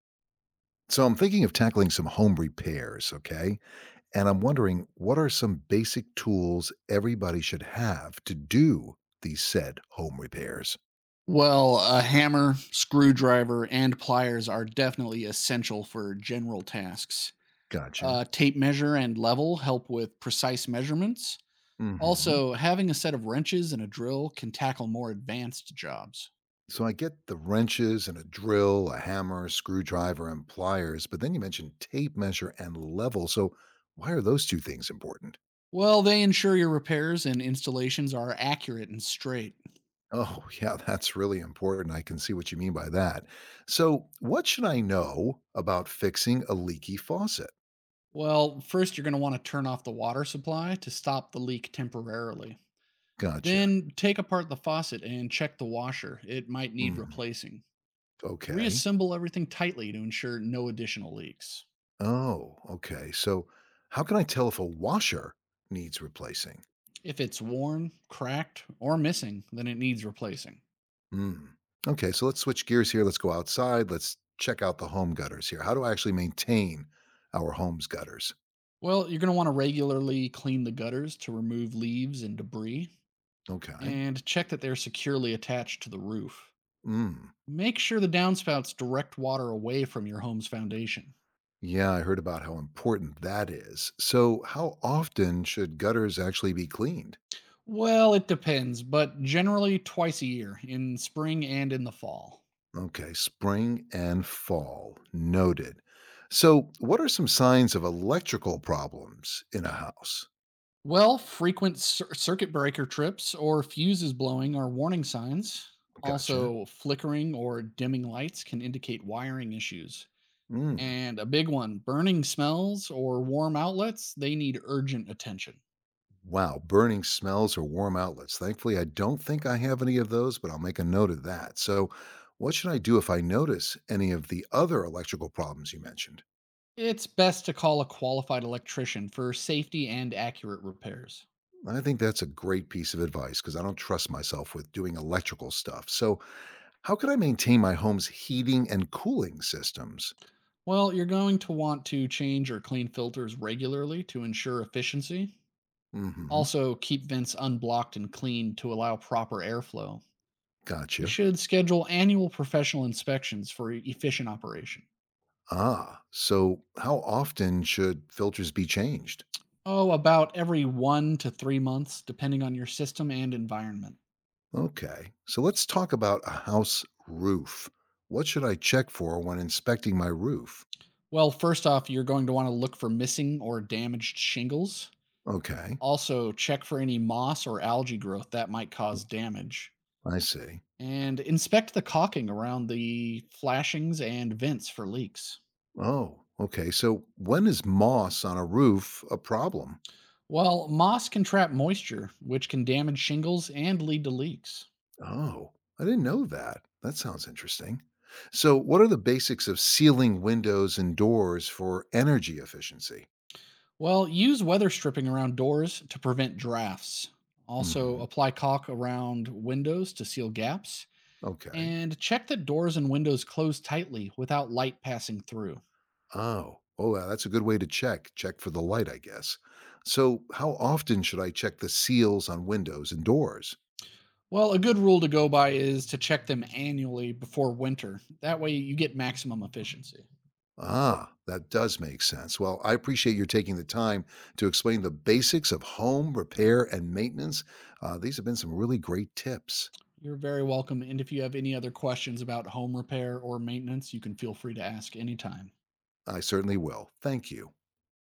So I'm thinking of tackling some home repairs, okay? And I'm wondering what are some basic tools everybody should have to do these said home repairs? Well, a hammer, screwdriver, and pliers are definitely essential for general tasks. Gotcha. Tape measure and level help with precise measurements. Hmm. Also, having a set of wrenches and a drill can tackle more advanced jobs. So I get the wrenches and a drill, a hammer, screwdriver, and pliers, but then you mentioned tape measure and level. So why are those two things important? Well, they ensure your repairs and installations are accurate and straight. Oh, yeah, that's really important. I can see what you mean by that. So, what should I know about fixing a leaky faucet? Well, first, you're going to want to turn off the water supply to stop the leak temporarily. Gotcha. Then, take apart the faucet and check the washer. It might need Mm-hmm. replacing. Okay. Reassemble everything tightly to ensure no additional leaks. Oh, okay. So, how can I tell if a washer needs replacing? If it's worn, cracked, or missing, then it needs replacing. Hmm. Okay. So, let's switch gears here. Let's go outside. Let's check out the home gutters here. How do I actually maintain our home's gutters? Well, you're going to want to regularly clean the gutters to remove leaves and debris, Okay. and check that they're securely attached to the roof. Hmm. Make sure the downspouts direct water away from your home's foundation. Yeah, I heard about how important that is. So, how often should gutters actually be cleaned? Well, it depends, but generally twice a year, in spring and in the fall. Okay. Spring and fall. Noted. So, what are some signs of electrical problems in a house? Well, frequent circuit breaker trips or fuses blowing are warning signs. Gotcha. Also, flickering or dimming lights can indicate wiring issues. Hmm. And a big one, burning smells or warm outlets, they need urgent attention. Wow, burning smells or warm outlets. Thankfully, I don't think I have any of those, but I'll make a note of that. So, what should I do if I notice any of the other electrical problems you mentioned? It's best to call a qualified electrician for safety and accurate repairs. I think that's a great piece of advice because I don't trust myself with doing electrical stuff. So, how can I maintain my home's heating and cooling systems? Well, you're going to want to change or clean filters regularly to ensure efficiency. Mm hmm. Also, keep vents unblocked and clean to allow proper airflow. You Gotcha. should schedule annual professional inspections for efficient operation. Ah, so how often should filters be changed? Oh, about every 1 to 3 months, depending on your system and environment. Okay, so let's talk about a house roof. What should I check for when inspecting my roof? Well, first off, you're going to want to look for missing or damaged shingles. Okay, Also, check for any moss or algae growth that might cause damage. I see. And inspect the caulking around the flashings and vents for leaks. Oh, okay. So when is moss on a roof a problem? Well, moss can trap moisture, which can damage shingles and lead to leaks. Oh, I didn't know that. That sounds interesting. So, what are the basics of sealing windows and doors for energy efficiency? Well, use weather stripping around doors to prevent drafts. Also, Hmm. apply caulk around windows to seal gaps. Okay. And check that doors and windows close tightly without light passing through. Oh, oh, yeah, that's a good way to check. Check for the light, I guess. So, how often should I check the seals on windows and doors? Well, a good rule to go by is to check them annually before winter. That way, you get maximum efficiency. Ah, that does make sense. Well, I appreciate your taking the time to explain the basics of home repair and maintenance. These have been some really great tips. You're very welcome. And if you have any other questions about home repair or maintenance, you can feel free to ask anytime. I certainly will. Thank you.